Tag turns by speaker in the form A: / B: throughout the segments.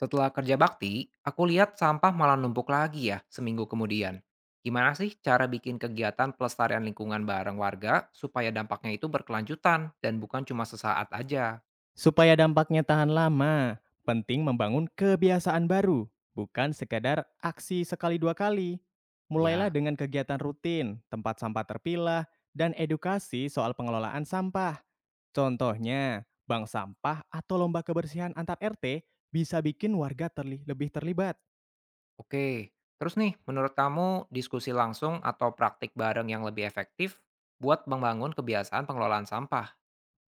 A: Setelah kerja bakti, aku lihat sampah malah numpuk lagi ya seminggu kemudian. Gimana sih cara bikin kegiatan pelestarian lingkungan bareng warga supaya dampaknya itu berkelanjutan dan bukan cuma sesaat aja?
B: Supaya dampaknya tahan lama, penting membangun kebiasaan baru, bukan sekadar aksi sekali dua kali. Mulailah
A: Ya,
B: dengan kegiatan rutin, tempat sampah terpilah, dan edukasi soal pengelolaan sampah. Contohnya, bank sampah atau lomba kebersihan antar RT bisa bikin warga lebih terlibat.
A: oke. Terus nih, menurut kamu diskusi langsung atau praktik bareng yang lebih efektif buat membangun kebiasaan pengelolaan sampah?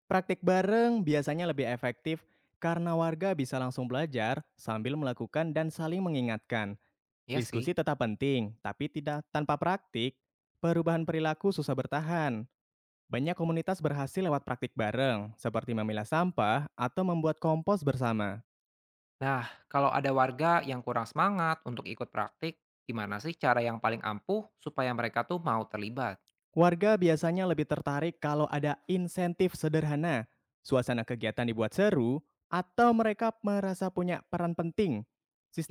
B: Praktik bareng biasanya lebih efektif karena warga bisa langsung belajar sambil melakukan dan saling mengingatkan.
A: Ya sih.
B: Diskusi tetap penting, tapi tidak tanpa praktik. Perubahan perilaku susah bertahan. Banyak komunitas berhasil lewat praktik bareng, seperti memilah sampah atau membuat kompos bersama.
A: Nah, kalau ada warga yang kurang semangat untuk ikut praktik, gimana sih cara yang paling ampuh supaya mereka tuh mau terlibat?
B: Warga biasanya lebih tertarik kalau ada insentif sederhana, suasana kegiatan dibuat seru, atau mereka merasa punya peran penting.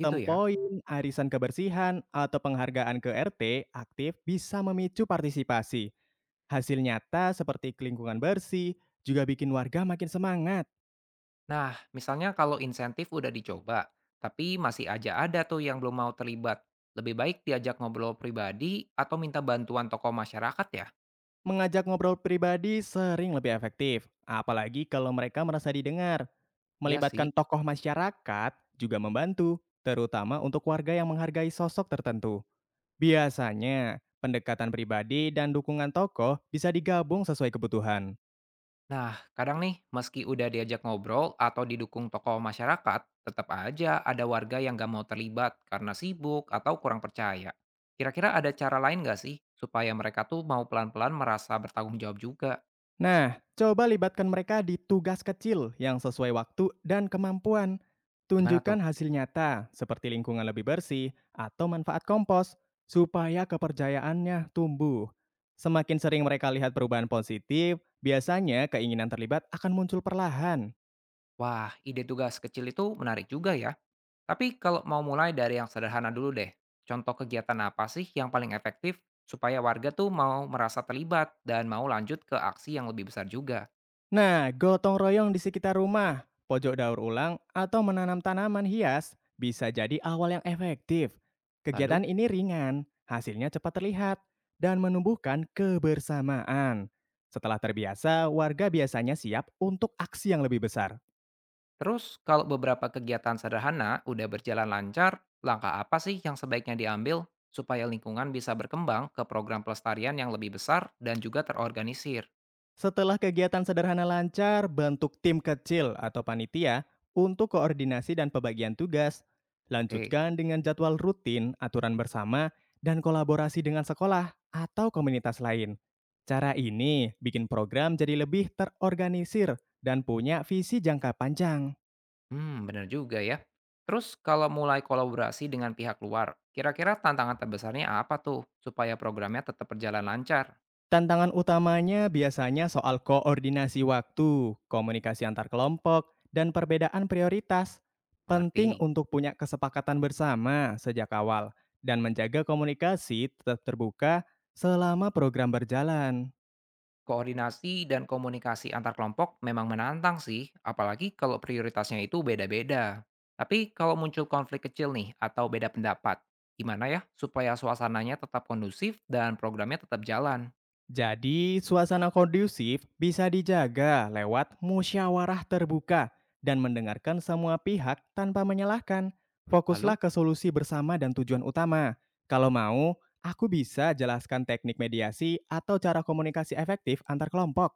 A: Gitu ya.
B: poin, arisan kebersihan, atau penghargaan ke RT aktif bisa memicu partisipasi. Hasil nyata seperti lingkungan bersih juga bikin warga makin semangat.
A: Nah, misalnya kalau insentif udah dicoba, tapi masih aja ada tuh yang belum mau terlibat. Lebih baik diajak ngobrol pribadi atau minta bantuan tokoh masyarakat ya?
B: Mengajak ngobrol pribadi sering lebih efektif, apalagi kalau mereka merasa didengar.
A: Iya sih.
B: Melibatkan tokoh masyarakat juga membantu, terutama untuk warga yang menghargai sosok tertentu. Biasanya, pendekatan pribadi dan dukungan tokoh bisa digabung sesuai kebutuhan.
A: Nah, kadang nih, meski udah diajak ngobrol atau didukung tokoh masyarakat, tetap aja ada warga yang gak mau terlibat karena sibuk atau kurang percaya. Kira-kira ada cara lain gak sih supaya mereka tuh mau pelan-pelan merasa bertanggung jawab juga?
B: Nah, coba libatkan mereka di tugas kecil yang sesuai waktu dan kemampuan.
A: Gimana tuh?
B: Tunjukkan hasil nyata, seperti lingkungan lebih bersih atau manfaat kompos, supaya kepercayaannya tumbuh. Semakin sering mereka lihat perubahan positif, biasanya keinginan terlibat akan muncul perlahan.
A: Wah, ide tugas kecil itu menarik juga ya. Tapi kalau mau mulai dari yang sederhana dulu deh, contoh kegiatan apa sih yang paling efektif supaya warga tuh mau merasa terlibat dan mau lanjut ke aksi yang lebih besar juga?
B: Nah, gotong royong di sekitar rumah, pojok daur ulang, atau menanam tanaman hias bisa jadi awal yang efektif.
A: Lalu,
B: Kegiatan ini ringan, hasilnya cepat terlihat, dan menumbuhkan kebersamaan. Setelah terbiasa, warga biasanya siap untuk aksi yang lebih besar.
A: terus kalau beberapa kegiatan sederhana udah berjalan lancar, langkah apa sih yang sebaiknya diambil supaya lingkungan bisa berkembang ke program pelestarian yang lebih besar dan juga terorganisir?
B: Setelah kegiatan sederhana lancar, bentuk tim kecil atau panitia untuk koordinasi dan pembagian tugas.
A: Oke,
B: Lanjutkan dengan jadwal rutin, aturan bersama, dan kolaborasi dengan sekolah atau komunitas lain. Cara ini bikin program jadi lebih terorganisir dan punya visi jangka panjang.
A: hmm bener juga ya. Terus kalau mulai kolaborasi dengan pihak luar, kira-kira tantangan terbesarnya apa tuh supaya programnya tetap berjalan lancar?
B: Tantangan utamanya biasanya soal koordinasi waktu, komunikasi antar kelompok, dan perbedaan prioritas. Penting
A: Mengerti.
B: untuk punya kesepakatan bersama sejak awal dan menjaga komunikasi tetap terbuka selama program berjalan.
A: Koordinasi dan komunikasi antar kelompok memang menantang sih, apalagi kalau prioritasnya itu beda-beda. Tapi kalau muncul konflik kecil nih atau beda pendapat, gimana ya supaya suasananya tetap kondusif dan programnya tetap jalan?
B: Jadi, suasana kondusif bisa dijaga lewat musyawarah terbuka dan mendengarkan semua pihak tanpa menyalahkan.
A: Lalu,
B: Fokuslah ke solusi bersama dan tujuan utama. Kalau mau, aku bisa jelaskan teknik mediasi atau cara komunikasi efektif antar kelompok.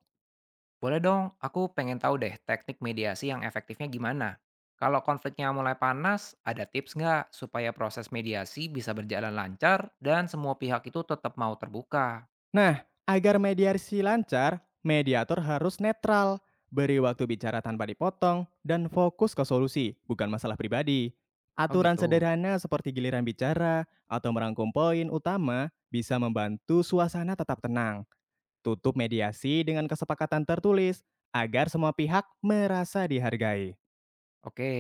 A: boleh dong, aku pengen tahu deh teknik mediasi yang efektifnya gimana. Kalau konfliknya mulai panas, ada tips nggak supaya proses mediasi bisa berjalan lancar dan semua pihak itu tetap mau terbuka?
B: Nah, agar mediasi lancar, mediator harus netral, beri waktu bicara tanpa dipotong, dan fokus ke solusi, bukan masalah pribadi.
A: Oh
B: Aturan
A: gitu.
B: sederhana seperti giliran bicara atau merangkum poin utama bisa membantu suasana tetap tenang. Tutup mediasi dengan kesepakatan tertulis agar semua pihak merasa dihargai.
A: Oke,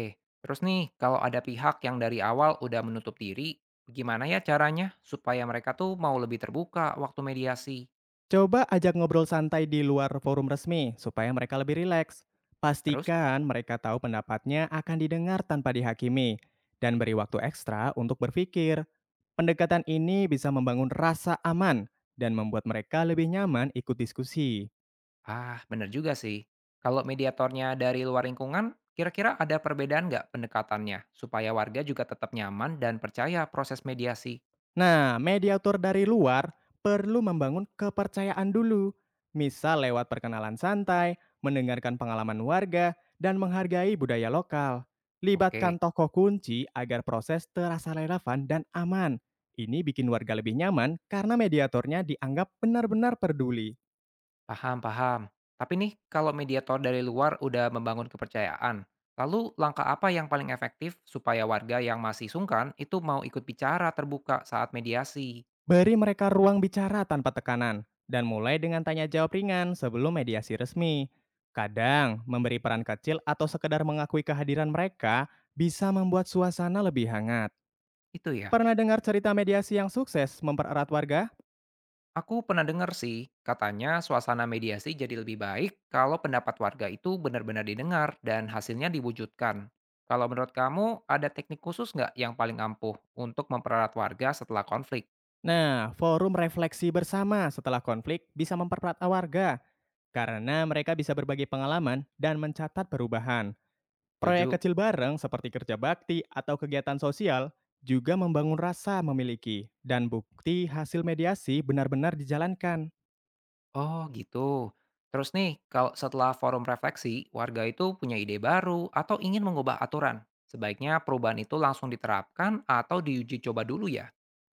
A: terus nih, kalau ada pihak yang dari awal udah menutup diri, gimana ya caranya supaya mereka tuh mau lebih terbuka waktu mediasi?
B: Coba ajak ngobrol santai di luar forum resmi supaya mereka lebih rileks.
A: Terus,
B: Pastikan mereka tahu pendapatnya akan didengar tanpa dihakimi dan beri waktu ekstra untuk berpikir. Pendekatan ini bisa membangun rasa aman dan membuat mereka lebih nyaman ikut diskusi.
A: ah bener juga sih, kalau mediatornya dari luar lingkungan, kira-kira ada perbedaan nggak pendekatannya supaya warga juga tetap nyaman dan percaya proses mediasi?
B: Nah, mediator dari luar perlu membangun kepercayaan dulu. Misal lewat perkenalan santai, mendengarkan pengalaman warga, dan menghargai budaya lokal.
A: Oke.
B: Libatkan tokoh kunci agar proses terasa relevan dan aman. Ini bikin warga lebih nyaman karena mediatornya dianggap benar-benar peduli.
A: Paham, paham. Tapi nih, kalau mediator dari luar udah membangun kepercayaan, lalu langkah apa yang paling efektif supaya warga yang masih sungkan itu mau ikut bicara terbuka saat mediasi?
B: Beri mereka ruang bicara tanpa tekanan, dan mulai dengan tanya jawab ringan sebelum mediasi resmi. Kadang, memberi peran kecil atau sekedar mengakui kehadiran mereka bisa membuat suasana lebih hangat.
A: Itu ya.
B: Pernah dengar cerita mediasi yang sukses mempererat warga?
A: Aku pernah dengar sih, katanya suasana mediasi jadi lebih baik kalau pendapat warga itu benar-benar didengar dan hasilnya diwujudkan. Kalau menurut kamu, ada teknik khusus nggak yang paling ampuh untuk mempererat warga setelah konflik?
B: Nah, forum refleksi bersama setelah konflik bisa mempererat warga karena mereka bisa berbagi pengalaman dan mencatat perubahan. Proyek
A: 7.
B: kecil bareng seperti kerja bakti atau kegiatan sosial juga membangun rasa memiliki dan bukti hasil mediasi benar-benar dijalankan.
A: Oh gitu. Terus nih, kalau setelah forum refleksi, warga itu punya ide baru atau ingin mengubah aturan. Sebaiknya perubahan itu langsung diterapkan atau diuji coba dulu ya.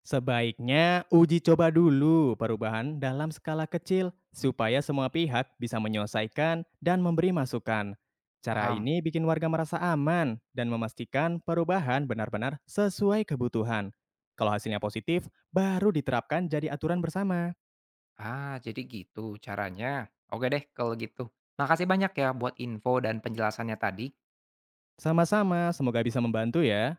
B: Sebaiknya uji coba dulu perubahan dalam skala kecil supaya semua pihak bisa menyelesaikan dan memberi masukan. Cara
A: Paham?
B: ini bikin warga merasa aman dan memastikan perubahan benar-benar sesuai kebutuhan. Kalau hasilnya positif, baru diterapkan jadi aturan bersama.
A: Ah, jadi gitu caranya. Oke deh kalau gitu. Makasih banyak ya buat info dan penjelasannya tadi.
B: Sama-sama, semoga bisa membantu ya.